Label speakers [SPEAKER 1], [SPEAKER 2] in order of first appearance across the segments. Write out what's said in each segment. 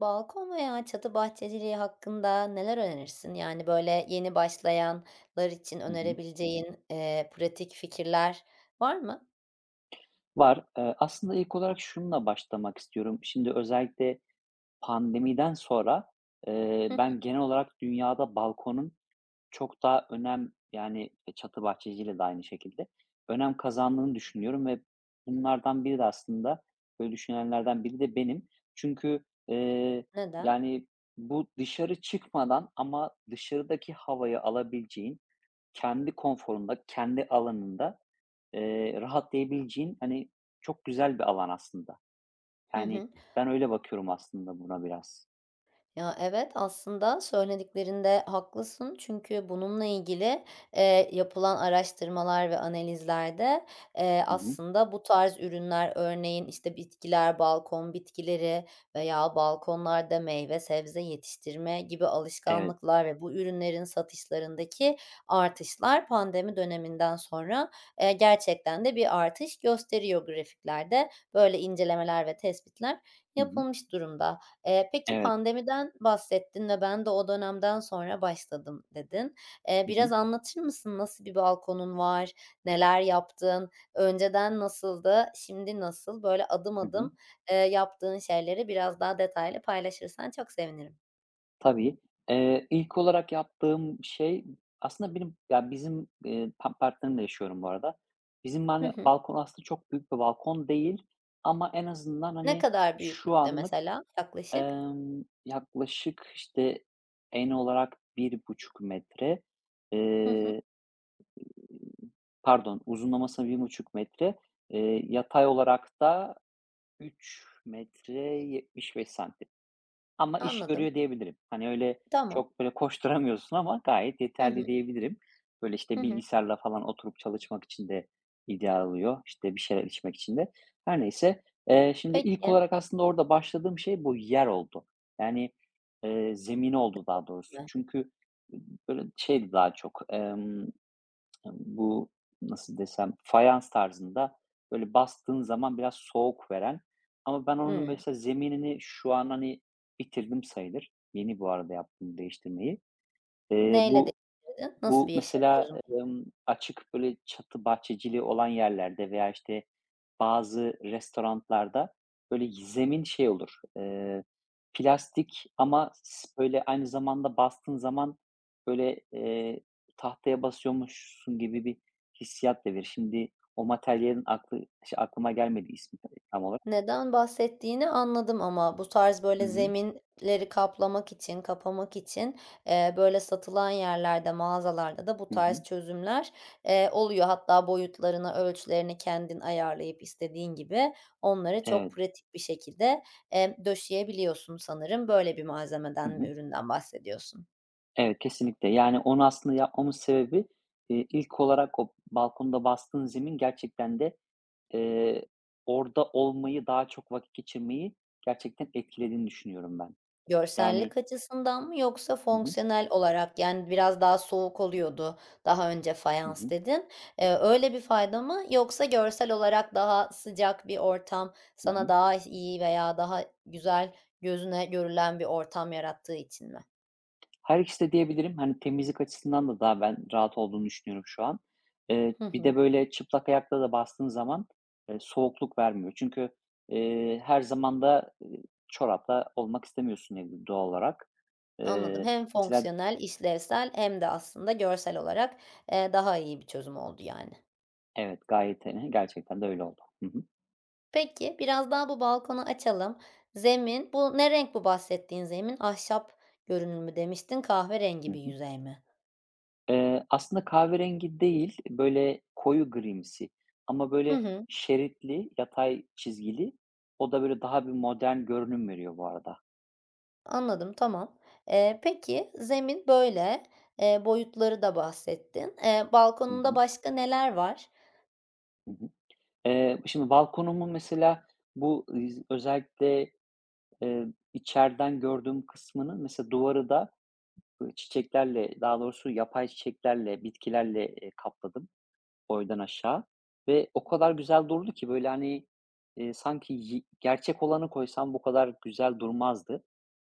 [SPEAKER 1] Balkon veya çatı bahçeciliği hakkında neler önerirsin? Yani, böyle, yeni başlayanlar için
[SPEAKER 2] Hı hı.
[SPEAKER 1] önerebileceğin, pratik fikirler var mı?
[SPEAKER 2] Var. Aslında ilk olarak şununla başlamak istiyorum. Şimdi özellikle pandemiden sonra,
[SPEAKER 1] Hı hı.
[SPEAKER 2] ben genel olarak dünyada balkonun çok daha önem, yani, çatı bahçeciyle de aynı şekilde önem kazandığını düşünüyorum ve bunlardan biri de aslında böyle düşünenlerden biri de benim. Çünkü,
[SPEAKER 1] Neden?
[SPEAKER 2] yani, bu dışarı çıkmadan ama dışarıdaki havayı alabileceğin, kendi konforunda, kendi alanında, rahatlayabileceğin, hani, çok güzel bir alan aslında.
[SPEAKER 1] Hı
[SPEAKER 2] Yani,
[SPEAKER 1] hı.
[SPEAKER 2] ben öyle bakıyorum aslında buna biraz.
[SPEAKER 1] Ya, evet, aslında söylediklerinde haklısın çünkü bununla ilgili, yapılan araştırmalar ve analizlerde,
[SPEAKER 2] Hı hı.
[SPEAKER 1] aslında bu tarz ürünler örneğin, işte, bitkiler, balkon bitkileri veya balkonlarda meyve sebze yetiştirme gibi
[SPEAKER 2] Evet.
[SPEAKER 1] alışkanlıklar ve bu ürünlerin satışlarındaki artışlar pandemi döneminden sonra, gerçekten de bir artış gösteriyor grafiklerde. Böyle incelemeler ve tespitler
[SPEAKER 2] Hı hı.
[SPEAKER 1] yapılmış durumda. Peki
[SPEAKER 2] Evet.
[SPEAKER 1] pandemiden bahsettin ve "Ben de o dönemden sonra başladım." dedin.
[SPEAKER 2] Hı hı.
[SPEAKER 1] Biraz anlatır mısın? Nasıl bir balkonun var? Neler yaptın? Önceden nasıldı? Şimdi nasıl? Böyle adım
[SPEAKER 2] Hı hı.
[SPEAKER 1] adım, yaptığın şeyleri biraz daha detaylı paylaşırsan çok sevinirim.
[SPEAKER 2] Tabii. İlk olarak yaptığım şey aslında benim, ya, bizim, partnerimle yaşıyorum bu arada. Bizim,
[SPEAKER 1] Hı
[SPEAKER 2] hani,
[SPEAKER 1] hı.
[SPEAKER 2] balkon aslında çok büyük bir balkon değil ama en azından,
[SPEAKER 1] Ne
[SPEAKER 2] hani,
[SPEAKER 1] kadar
[SPEAKER 2] şu
[SPEAKER 1] büyüklükte
[SPEAKER 2] anlık,
[SPEAKER 1] mesela yaklaşık?
[SPEAKER 2] yaklaşık, işte, en olarak 1,5 metre.
[SPEAKER 1] Hı hı.
[SPEAKER 2] Pardon, uzunlaması 1,5 metre, yatay olarak da 3 metre 75 santim, ama iş
[SPEAKER 1] Anladım.
[SPEAKER 2] görüyor diyebilirim. Hani, öyle
[SPEAKER 1] Tamam.
[SPEAKER 2] çok böyle koşturamıyorsun ama gayet
[SPEAKER 1] Hı
[SPEAKER 2] yeterli
[SPEAKER 1] hı.
[SPEAKER 2] diyebilirim. Böyle,
[SPEAKER 1] Hı
[SPEAKER 2] işte,
[SPEAKER 1] hı.
[SPEAKER 2] bilgisayarla falan oturup çalışmak için de ideal oluyor, İşte bir şeyler içmek için de. Her neyse, şimdi ilk
[SPEAKER 1] Peki.
[SPEAKER 2] olarak aslında orada başladığım şey bu yer oldu. Yani, zemini oldu daha doğrusu. Çünkü, böyle, şeydi daha çok, Hani, bu, nasıl desem, fayans tarzında, böyle, bastığın zaman biraz soğuk veren ama ben onun
[SPEAKER 1] Hımm.
[SPEAKER 2] mesela zeminini şu an, hani, bitirdim sayılır. Yeni bu arada yaptım değiştirmeyi. Eee,
[SPEAKER 1] Neyle
[SPEAKER 2] bu
[SPEAKER 1] değiştirdin? Nasıl
[SPEAKER 2] bu
[SPEAKER 1] bir yaşam
[SPEAKER 2] mesela,
[SPEAKER 1] çözüm
[SPEAKER 2] açık böyle çatı bahçeciliği olan yerlerde veya, işte, bazı restoranlarda böyle zemin şey olur, plastik ama, böyle, aynı zamanda bastığın zaman böyle, tahtaya basıyormuşsun gibi bir hissiyat da verir. Şimdi o materyalin şey, aklıma gelmedi ismi tam olarak.
[SPEAKER 1] Neden bahsettiğini anladım ama bu tarz, böyle,
[SPEAKER 2] Hı hı.
[SPEAKER 1] zeminleri kaplamak için, kapamak için, böyle, satılan yerlerde, mağazalarda da bu
[SPEAKER 2] Hı
[SPEAKER 1] tarz
[SPEAKER 2] hı.
[SPEAKER 1] çözümler, oluyor. Hatta boyutlarını, ölçülerini kendin ayarlayıp istediğin gibi onları çok
[SPEAKER 2] Evet.
[SPEAKER 1] pratik bir şekilde, döşeyebiliyorsun sanırım. Böyle bir
[SPEAKER 2] Hı
[SPEAKER 1] malzemeden ve
[SPEAKER 2] hı.
[SPEAKER 1] üründen bahsediyorsun.
[SPEAKER 2] Evet, kesinlikle. Yani, onu aslında yapmamın sebebi, ilk olarak o balkonda bastığın zemin gerçekten de, eee, orada olmayı, daha çok vakit geçirmeyi gerçekten etkilediğini düşünüyorum ben. Yani.
[SPEAKER 1] Görsellik açısından mı yoksa
[SPEAKER 2] Hı hı.
[SPEAKER 1] fonksiyonel olarak, yani, biraz daha soğuk oluyordu daha önce
[SPEAKER 2] Hı
[SPEAKER 1] fayans
[SPEAKER 2] hı.
[SPEAKER 1] dedin. Öyle bir fayda mı yoksa görsel olarak daha sıcak bir ortam
[SPEAKER 2] Hı
[SPEAKER 1] sana
[SPEAKER 2] hı.
[SPEAKER 1] daha iyi veya daha güzel gözüne görülen bir ortam yarattığı için mi?
[SPEAKER 2] Her ikisi de diyebilirim. Hani, temizlik açısından da daha ben rahat olduğunu düşünüyorum şu an.
[SPEAKER 1] Hı
[SPEAKER 2] Bir
[SPEAKER 1] hı,
[SPEAKER 2] de, böyle, çıplak ayakla da bastığın zaman, soğukluk vermiyor. Çünkü, her zaman da, çorapla olmak istemiyorsun evde doğal olarak.
[SPEAKER 1] anladım. Hem
[SPEAKER 2] Mesela.
[SPEAKER 1] fonksiyonel, işlevsel hem de aslında görsel olarak, daha iyi bir çözüm oldu yani.
[SPEAKER 2] Evet, gayet, hani, gerçekten de öyle oldu. Hı hı.
[SPEAKER 1] Peki, biraz daha bu balkonu açalım. Zemin, bu ne renk bu bahsettiğin zemin? Ahşap görünümü mü demiştin,
[SPEAKER 2] Hı
[SPEAKER 1] kahverengi bir
[SPEAKER 2] hı.
[SPEAKER 1] yüzey mi?
[SPEAKER 2] Aslında kahverengi değil, böyle koyu grimsi, ama
[SPEAKER 1] Hı
[SPEAKER 2] böyle
[SPEAKER 1] hı,
[SPEAKER 2] şeritli, yatay çizgili. O da böyle daha bir modern görünüm veriyor bu arada.
[SPEAKER 1] anladım, tamam. Peki, zemin böyle, boyutları da bahsettin.
[SPEAKER 2] Hı
[SPEAKER 1] Balkonunda
[SPEAKER 2] hı.
[SPEAKER 1] başka neler var?
[SPEAKER 2] Hı hı. Şimdi balkonumun mesela bu özellikle, eee, içeriden gördüğüm kısmının mesela duvarı da, böyle, çiçeklerle, daha doğrusu yapay çiçeklerle, bitkilerle, kapladım. Boydan aşağı ve o kadar güzel durdu ki, böyle, hani, sanki gerçek olanı koysam bu kadar güzel durmazdı.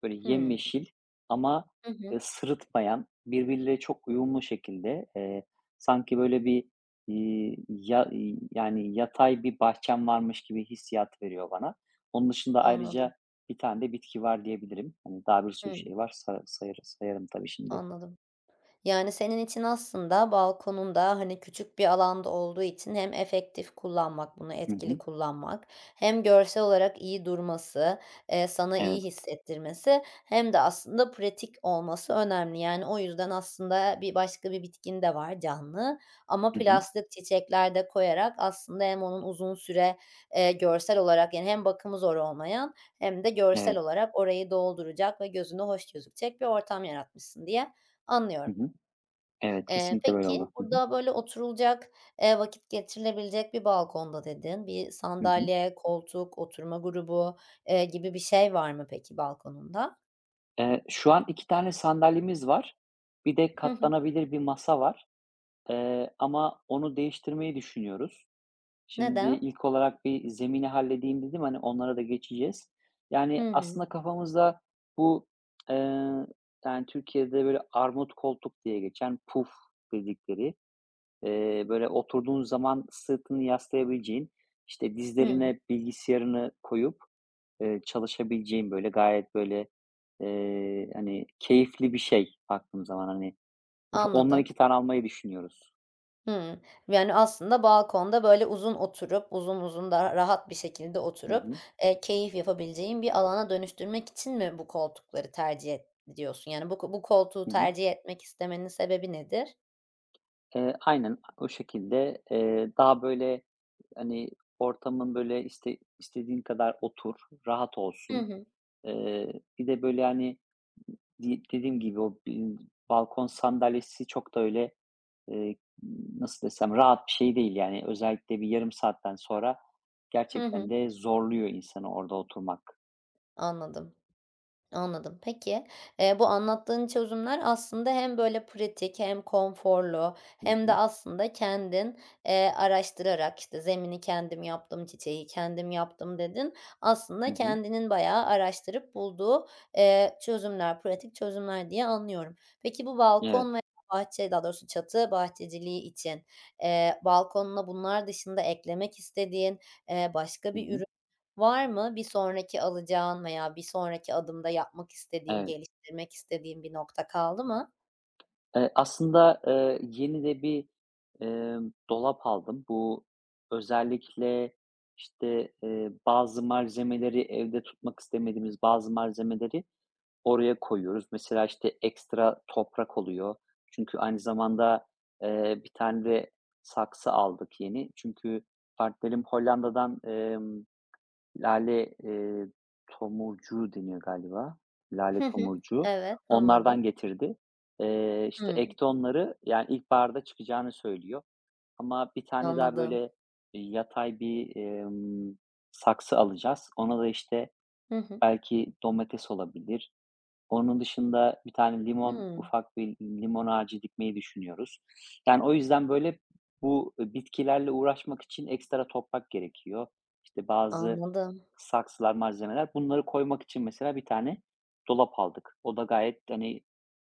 [SPEAKER 2] Böyle
[SPEAKER 1] Hımm.
[SPEAKER 2] yemyeşil ama,
[SPEAKER 1] Hı hı,
[SPEAKER 2] sırıtmayan, birbiriyle çok uyumlu şekilde, sanki böyle bir, yani, yatay bir bahçem varmış gibi hissiyat veriyor bana. Onun dışında
[SPEAKER 1] anladım.
[SPEAKER 2] ayrıca bir tane de bitki var diyebilirim. Hani, daha bir sürü
[SPEAKER 1] Hımm,
[SPEAKER 2] şey var. Sayar sayarım tabii şimdi.
[SPEAKER 1] anladım. Yani, senin için aslında balkonunda, hani, küçük bir alanda olduğu için hem efektif kullanmak, bunu
[SPEAKER 2] Hı
[SPEAKER 1] etkili
[SPEAKER 2] hı.
[SPEAKER 1] kullanmak hem görsel olarak iyi durması, sana iyi
[SPEAKER 2] Evet.
[SPEAKER 1] hissettirmesi hem de aslında pratik olması önemli. Yani, o yüzden aslında başka bir bitkin de var canlı ama
[SPEAKER 2] Hı hı.
[SPEAKER 1] plastik çiçekler de koyarak aslında hem onun uzun süre, görsel olarak, yani, hem bakımı zor olmayan hem de görsel
[SPEAKER 2] Evet.
[SPEAKER 1] olarak orayı dolduracak ve gözüne hoş gözükecek bir ortam yaratmışsın diye
[SPEAKER 2] Hı
[SPEAKER 1] anlıyorum.
[SPEAKER 2] hı. Evet, kesinlikle böyle
[SPEAKER 1] Peki,
[SPEAKER 2] oldu. Hı hı.
[SPEAKER 1] burada, böyle, oturulacak, vakit geçirilebilecek bir balkonda dedin. Bir
[SPEAKER 2] Hı hı.
[SPEAKER 1] sandalye, koltuk, oturma grubu, gibi bir şey var mı peki balkonunda?
[SPEAKER 2] Şu an 2 tane sandalyemiz var. Bir de
[SPEAKER 1] Hı hı.
[SPEAKER 2] katlanabilir bir masa var, ama onu değiştirmeyi düşünüyoruz. Şimdi
[SPEAKER 1] Neden?
[SPEAKER 2] ilk olarak bir zemini halledeyim dedim, hani, onlara da geçeceğiz.
[SPEAKER 1] Hı
[SPEAKER 2] Yani,
[SPEAKER 1] hı.
[SPEAKER 2] aslında kafamızda bu, eee, yani, Türkiye'de böyle armut koltuk diye geçen puf dedikleri, böyle oturduğun zaman sırtını yaslayabileceğin, işte,
[SPEAKER 1] Hı hı.
[SPEAKER 2] dizlerine bilgisayarını koyup, çalışabileceğim, böyle, gayet, böyle, hani, keyifli bir şey baktığım zaman, hani. Ondan
[SPEAKER 1] Anladım.
[SPEAKER 2] 2 tane almayı düşünüyoruz.
[SPEAKER 1] Hımm. Yani, aslında balkonda, böyle, uzun oturup, uzun uzun daha rahat bir şekilde
[SPEAKER 2] Hı
[SPEAKER 1] oturup,
[SPEAKER 2] hı.
[SPEAKER 1] keyif yapabileceğin bir alana dönüştürmek için mi bu koltukları tercih et diyorsun? Yani, bu koltuğu
[SPEAKER 2] Hı hı.
[SPEAKER 1] tercih etmek istemenin sebebi nedir?
[SPEAKER 2] Aynen o şekilde, daha, böyle, hani, ortamın, böyle, istediğin kadar otur, rahat
[SPEAKER 1] Hı
[SPEAKER 2] olsun.
[SPEAKER 1] hı.
[SPEAKER 2] Eee, bir de böyle, hani, dediğim gibi o bi balkon sandalyesi çok da öyle, eee, nasıl desem, rahat bir şey değil. Yani özellikle bir yarım saatten sonra
[SPEAKER 1] Hı hı.
[SPEAKER 2] gerçekten de zorluyor insanı orada oturmak.
[SPEAKER 1] Anladım. Anladım. Peki, bu anlattığın çözümler aslında hem böyle pratik hem konforlu
[SPEAKER 2] Hı
[SPEAKER 1] hem de
[SPEAKER 2] hı.
[SPEAKER 1] aslında kendin, araştırarak, işte, "Zemini kendim yaptım, çiçeği kendim yaptım." dedin.
[SPEAKER 2] Hı
[SPEAKER 1] Aslında
[SPEAKER 2] hı.
[SPEAKER 1] kendinin bayağı araştırıp bulduğu, çözümler, pratik çözümler diye anlıyorum. Peki bu
[SPEAKER 2] Evet.
[SPEAKER 1] balkon ve bahçe, daha doğrusu çatı bahçeciliği için, balkonuna bunlar dışında eklemek istediğin, başka
[SPEAKER 2] Hı
[SPEAKER 1] bir
[SPEAKER 2] hı.
[SPEAKER 1] ürün Var mı bir sonraki alacağın veya bir sonraki adımda yapmak istediğin,
[SPEAKER 2] Evet.
[SPEAKER 1] geliştirmek istediğin bir nokta kaldı mı?
[SPEAKER 2] Aslında, yeni de bir, dolap aldım. Bu özellikle, işte, bazı malzemeleri evde tutmak istemediğimiz bazı malzemeleri oraya koyuyoruz. Mesela, işte, ekstra toprak oluyor. Çünkü aynı zamanda, bir tane de saksı aldık yeni. Çünkü partnerim Hollanda'dan, lale, tomurcuğu deniyor galiba. Lale
[SPEAKER 1] Hı hı.
[SPEAKER 2] tomurcuğu.
[SPEAKER 1] Evet, anladım.
[SPEAKER 2] Onlardan getirdi. İşte,
[SPEAKER 1] Hımm,
[SPEAKER 2] ekti onları. Yani, ilkbaharda çıkacağını söylüyor. Ama bir tane daha,
[SPEAKER 1] anladım.
[SPEAKER 2] böyle, yatay bir, saksı alacağız. Ona da, işte,
[SPEAKER 1] Hı hı.
[SPEAKER 2] belki domates olabilir, onun dışında bir tane limon,
[SPEAKER 1] Hımm,
[SPEAKER 2] ufak bir limon ağacı dikmeyi düşünüyoruz. Yani o yüzden böyle bu, bitkilerle uğraşmak için ekstra toprak gerekiyor. İşte bazı
[SPEAKER 1] anladım,
[SPEAKER 2] saksılar, malzemeler, bunları koymak için mesela bir tane dolap aldık. O da gayet, hani,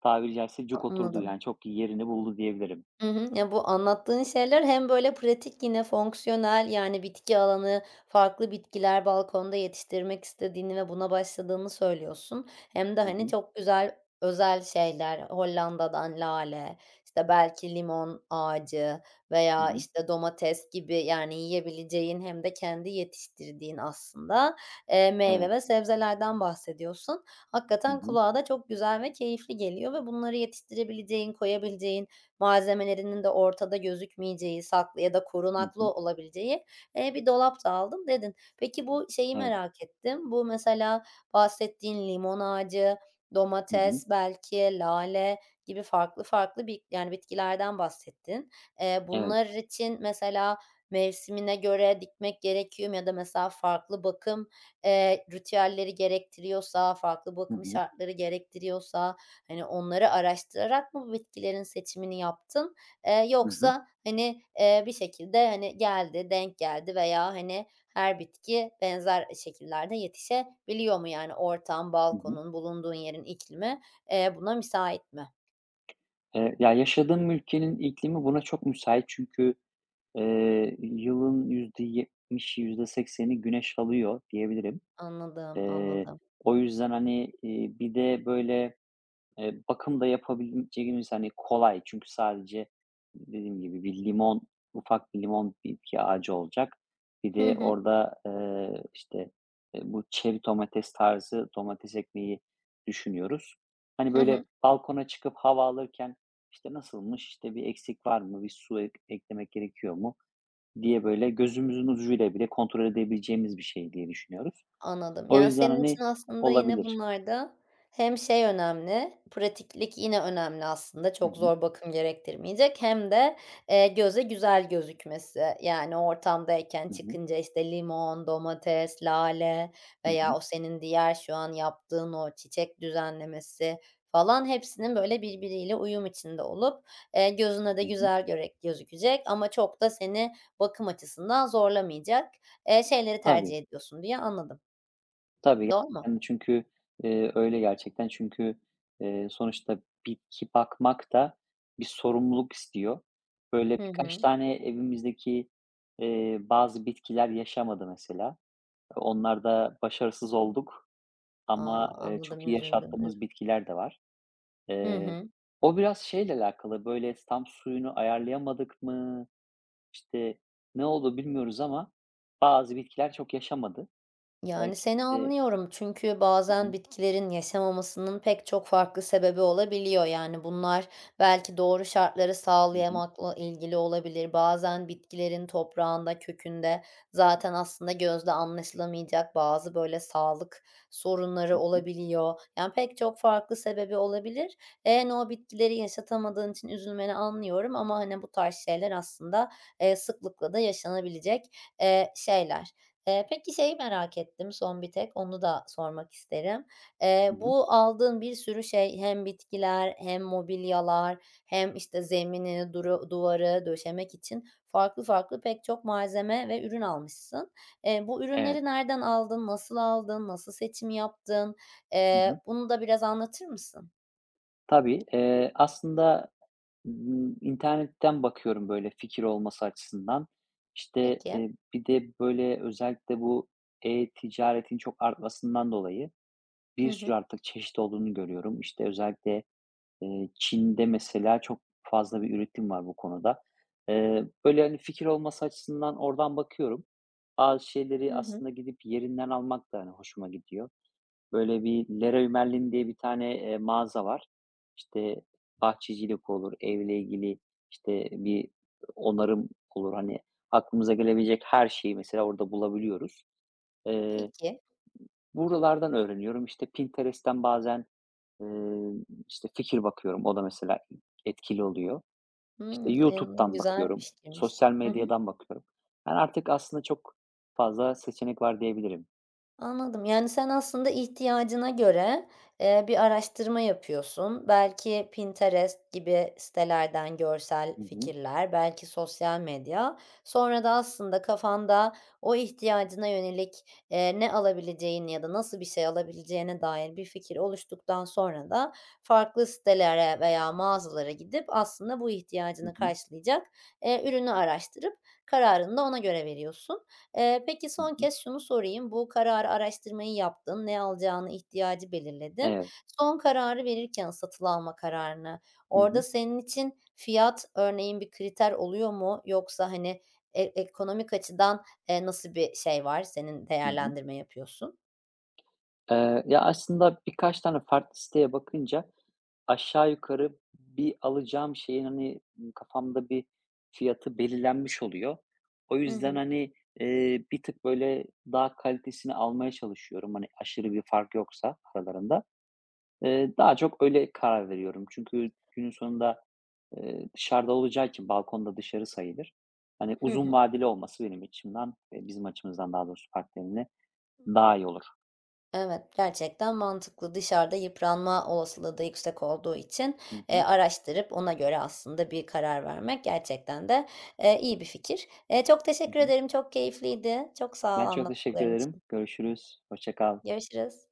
[SPEAKER 2] tabiri caizse cuk oturdu,
[SPEAKER 1] anladım.
[SPEAKER 2] yani çok yerini buldu diyebilirim.
[SPEAKER 1] Hı hı. Ya, bu anlattığın şeyler hem böyle pratik yine fonksiyonel, yani, bitki alanı, farklı bitkiler balkonda yetiştirmek istediğini ve buna başladığını söylüyorsun. Hem de,
[SPEAKER 2] Hı
[SPEAKER 1] hani,
[SPEAKER 2] hı.
[SPEAKER 1] çok güzel özel şeyler, Hollanda'dan lale, işte, belki limon ağacı
[SPEAKER 2] Hı
[SPEAKER 1] veya,
[SPEAKER 2] hı.
[SPEAKER 1] işte, domates gibi, yani, yiyebileceğin hem de kendi yetiştirdiğin aslında, meyve
[SPEAKER 2] Evet.
[SPEAKER 1] ve sebzelerden bahsediyorsun.
[SPEAKER 2] Hı
[SPEAKER 1] Hakikaten
[SPEAKER 2] hı.
[SPEAKER 1] kulağa da çok güzel ve keyifli geliyor ve bunları yetiştirebileceğin, koyabileceğin malzemelerinin de ortada gözükmeyeceği, saklı ya da
[SPEAKER 2] Hı
[SPEAKER 1] korunaklı
[SPEAKER 2] hı.
[SPEAKER 1] olabileceği, bir dolap da aldım dedin. Peki bu şeyi
[SPEAKER 2] Evet.
[SPEAKER 1] merak ettim. Bu mesela bahsettiğin limon ağacı,
[SPEAKER 2] Hı hı.
[SPEAKER 1] domates, belki lale gibi farklı farklı bir yani bitkilerden bahsettin.
[SPEAKER 2] Evet.
[SPEAKER 1] Bunlar için mesela mevsimine göre dikmek gerekiyor mu ya da mesela farklı bakım, ritüelleri gerektiriyorsa, farklı
[SPEAKER 2] Hı
[SPEAKER 1] bakım
[SPEAKER 2] hı.
[SPEAKER 1] şartları gerektiriyorsa Hani, onları araştırarak mı bu bitkilerin seçimini yaptın,
[SPEAKER 2] Hı hı.
[SPEAKER 1] yoksa, hani, bir şekilde, hani, geldi, denk geldi veya, hani, her bitki benzer şekillerde yetişebiliyor mu? Yani ortam,
[SPEAKER 2] Hı hı.
[SPEAKER 1] balkonun, bulunduğun yerin iklimi, buna müsait mi?
[SPEAKER 2] Ya, yaşadığım ülkenin iklimi buna çok müsait, çünkü yılın %70, yüzde sekseni güneş alıyor diyebilirim.
[SPEAKER 1] Anladım,
[SPEAKER 2] Eee,
[SPEAKER 1] anladım.
[SPEAKER 2] o yüzden, hani, bir de, böyle, bakım da yapabileceğimiz, hani, kolay, çünkü sadece dediğim gibi bir limon, ufak bir limon bitki ağacı olacak. Bir
[SPEAKER 1] Hı
[SPEAKER 2] de
[SPEAKER 1] hı.
[SPEAKER 2] orada, işte, bu çeri domates tarzı domates ekmeği düşünüyoruz. Hani,
[SPEAKER 1] Hı hı.
[SPEAKER 2] böyle, balkona çıkıp hava alırken, işte, nasılmış, işte, bir eksik var mı, bir su eklemek gerekiyor mu diye böyle gözümüzün ucuyla bile kontrol edebileceğimiz bir şey diye düşünüyoruz.
[SPEAKER 1] Anladım.
[SPEAKER 2] O
[SPEAKER 1] Yani,
[SPEAKER 2] yüzden,
[SPEAKER 1] senin için
[SPEAKER 2] hani,
[SPEAKER 1] aslında yine
[SPEAKER 2] olabilir.
[SPEAKER 1] bunlarda hem şey önemli, pratiklik yine önemli aslında,
[SPEAKER 2] Hı
[SPEAKER 1] çok
[SPEAKER 2] hı.
[SPEAKER 1] zor bakım gerektirmeyecek hem de, göze güzel gözükmesi. Yani, ortamdayken
[SPEAKER 2] Hı hı.
[SPEAKER 1] çıkınca, işte, limon, domates, lale
[SPEAKER 2] Hı
[SPEAKER 1] veya
[SPEAKER 2] hı.
[SPEAKER 1] o senin diğer şu an yaptığın o çiçek düzenlemesi falan hepsinin, böyle, birbiriyle uyum içinde olup, gözüne de
[SPEAKER 2] Hı hı.
[SPEAKER 1] güzel görek gözükecek ama çok da seni bakım açısından zorlamayacak, şeyleri tercih
[SPEAKER 2] Tabii,
[SPEAKER 1] ediyorsun diye anladım.
[SPEAKER 2] tabii.
[SPEAKER 1] Doğru mu?
[SPEAKER 2] Yani, çünkü, öyle gerçekten. Çünkü, sonuçta bitki bakmak da bir sorumluluk istiyor. Böyle
[SPEAKER 1] Hı
[SPEAKER 2] birkaç
[SPEAKER 1] hı.
[SPEAKER 2] tane evimizdeki, bazı bitkiler yaşamadı mesela. Onlarda başarısız olduk
[SPEAKER 1] A,
[SPEAKER 2] ama,
[SPEAKER 1] anladım,
[SPEAKER 2] çok iyi
[SPEAKER 1] üzüldüm, üz
[SPEAKER 2] yaşattığımız bitkiler de var.
[SPEAKER 1] Hı
[SPEAKER 2] Eee,
[SPEAKER 1] hı.
[SPEAKER 2] o biraz şeyle alakalı, böyle, tam suyunu ayarlayamadık mı, işte, ne oldu bilmiyoruz, ama bazı bitkiler çok yaşamadı.
[SPEAKER 1] Yani
[SPEAKER 2] Belki,
[SPEAKER 1] seni
[SPEAKER 2] işte.
[SPEAKER 1] anlıyorum çünkü
[SPEAKER 2] Hı
[SPEAKER 1] bazen
[SPEAKER 2] hı.
[SPEAKER 1] bitkilerin yaşamamasının pek çok farklı sebebi olabiliyor. Yani bunlar belki doğru şartları
[SPEAKER 2] Hı hı.
[SPEAKER 1] sağlayamakla ilgili olabilir. Bazen bitkilerin toprağında, kökünde zaten aslında gözle anlaşılamayacak bazı böyle sağlık
[SPEAKER 2] Hı
[SPEAKER 1] sorunları
[SPEAKER 2] hı.
[SPEAKER 1] olabiliyor. Yani pek çok farklı sebebi olabilir. En o bitkileri yaşatamadığın için üzülmeni anlıyorum ama hani bu tarz şeyler aslında sıklıkla da yaşanabilecek şeyler. Peki şeyi merak ettim son bir tek, onu da sormak isterim.
[SPEAKER 2] Hı hı.
[SPEAKER 1] Bu aldığın bir sürü şey hem bitkiler hem mobilyalar hem, işte, zemini, duvarı döşemek için farklı farklı pek çok malzeme ve ürün almışsın. Bu
[SPEAKER 2] Evet.
[SPEAKER 1] ürünleri nereden aldın, nasıl aldın, nasıl seçim yaptın?
[SPEAKER 2] Hı hı.
[SPEAKER 1] Bunu da biraz anlatır mısın?
[SPEAKER 2] Tabii, aslında, internetten bakıyorum, böyle, fikir olması açısından. İşte,
[SPEAKER 1] Peki.
[SPEAKER 2] bir de, böyle, özellikle bu e-ticaretin çok artmasından dolayı
[SPEAKER 1] Hı
[SPEAKER 2] bir
[SPEAKER 1] hı.
[SPEAKER 2] sürü artık çeşit olduğunu görüyorum. İşte, özellikle Çin'de mesela çok fazla bir üretim var bu konuda. Böyle, hani, fikir olması açısından oradan bakıyorum. Bazı şeyleri
[SPEAKER 1] Hı hı.
[SPEAKER 2] aslında gidip yerinden almak da, hani, hoşuma gidiyor. Böyle bir Leroy Merlin diye bir tane, mağaza var. İşte, bahçecilik olur, evle ilgili, işte, bir onarım olur. Hani, aklımıza gelebilecek her şeyi mesela orada bulabiliyoruz. Eee,
[SPEAKER 1] Peki.
[SPEAKER 2] buralardan öğreniyorum. İşte, Pinterest'ten bazen, Eee, işte, fikir bakıyorum, o da mesela etkili oluyor. İşte,
[SPEAKER 1] Hımm,
[SPEAKER 2] YouTube'dan
[SPEAKER 1] güzel bir
[SPEAKER 2] bakıyorum,
[SPEAKER 1] fikirmiş.
[SPEAKER 2] sosyal
[SPEAKER 1] Hı hı.
[SPEAKER 2] medyadan bakıyorum. Yani, artık aslında çok fazla seçenek var diyebilirim.
[SPEAKER 1] Anladım. Yani, sen aslında ihtiyacına göre, bir araştırma yapıyorsun. Belki Pinterest gibi sitelerden görsel
[SPEAKER 2] Hı hı.
[SPEAKER 1] fikirler, belki sosyal medya. Sonra da aslında kafanda o ihtiyacına yönelik, ne alabileceğini ya da nasıl bir şey alabileceğine dair bir fikir oluştuktan sonra da farklı sitelere veya mağazalara gidip aslında bu
[SPEAKER 2] Hı
[SPEAKER 1] ihtiyacını
[SPEAKER 2] hı.
[SPEAKER 1] karşılayacak, ürünü araştırıp kararını da ona göre veriyorsun. Peki
[SPEAKER 2] Hı
[SPEAKER 1] son
[SPEAKER 2] hı.
[SPEAKER 1] kez şunu sorayım. Bu kararı araştırmayı yaptın, ne alacağını, ihtiyacı belirledin.
[SPEAKER 2] Evet.
[SPEAKER 1] Son kararı verirken satın alma kararını,
[SPEAKER 2] Hı
[SPEAKER 1] orada
[SPEAKER 2] hı.
[SPEAKER 1] senin için fiyat örneğin bir kriter oluyor mu? Yoksa, hani, ekonomik açıdan, nasıl bir şey var? Senin
[SPEAKER 2] Hı hı.
[SPEAKER 1] değerlendirme yapıyorsun.
[SPEAKER 2] Ya, aslında birkaç tane farklı siteye bakınca aşağı yukarı bir alacağım şeyin, hani, kafamda bir fiyatı belirlenmiş oluyor. O
[SPEAKER 1] Hı
[SPEAKER 2] yüzden,
[SPEAKER 1] hı.
[SPEAKER 2] hani, bir tık böyle daha kalitesini almaya çalışıyorum, hani, aşırı bir fark yoksa aralarında. Daha çok öyle karar veriyorum. Çünkü günün sonunda, dışarıda olacağı için, balkonda dışarı sayılır. Hani,
[SPEAKER 1] Hı
[SPEAKER 2] uzun
[SPEAKER 1] hı.
[SPEAKER 2] vadeli olması benim açımdan, bizim açımızdan daha doğrusu, partnerimle daha iyi olur.
[SPEAKER 1] Evet, gerçekten mantıklı. Dışarıda yıpranma olasılığı da yüksek olduğu için,
[SPEAKER 2] Hı hı.
[SPEAKER 1] araştırıp ona göre aslında bir karar vermek gerçekten de, iyi bir fikir. Çok
[SPEAKER 2] Hı
[SPEAKER 1] teşekkür
[SPEAKER 2] hı.
[SPEAKER 1] ederim, çok keyifliydi. Çok sağ ol
[SPEAKER 2] Ben çok teşekkür
[SPEAKER 1] anlattıkların
[SPEAKER 2] ederim.
[SPEAKER 1] için.
[SPEAKER 2] Görüşürüz. Hoşça kal.
[SPEAKER 1] Görüşürüz.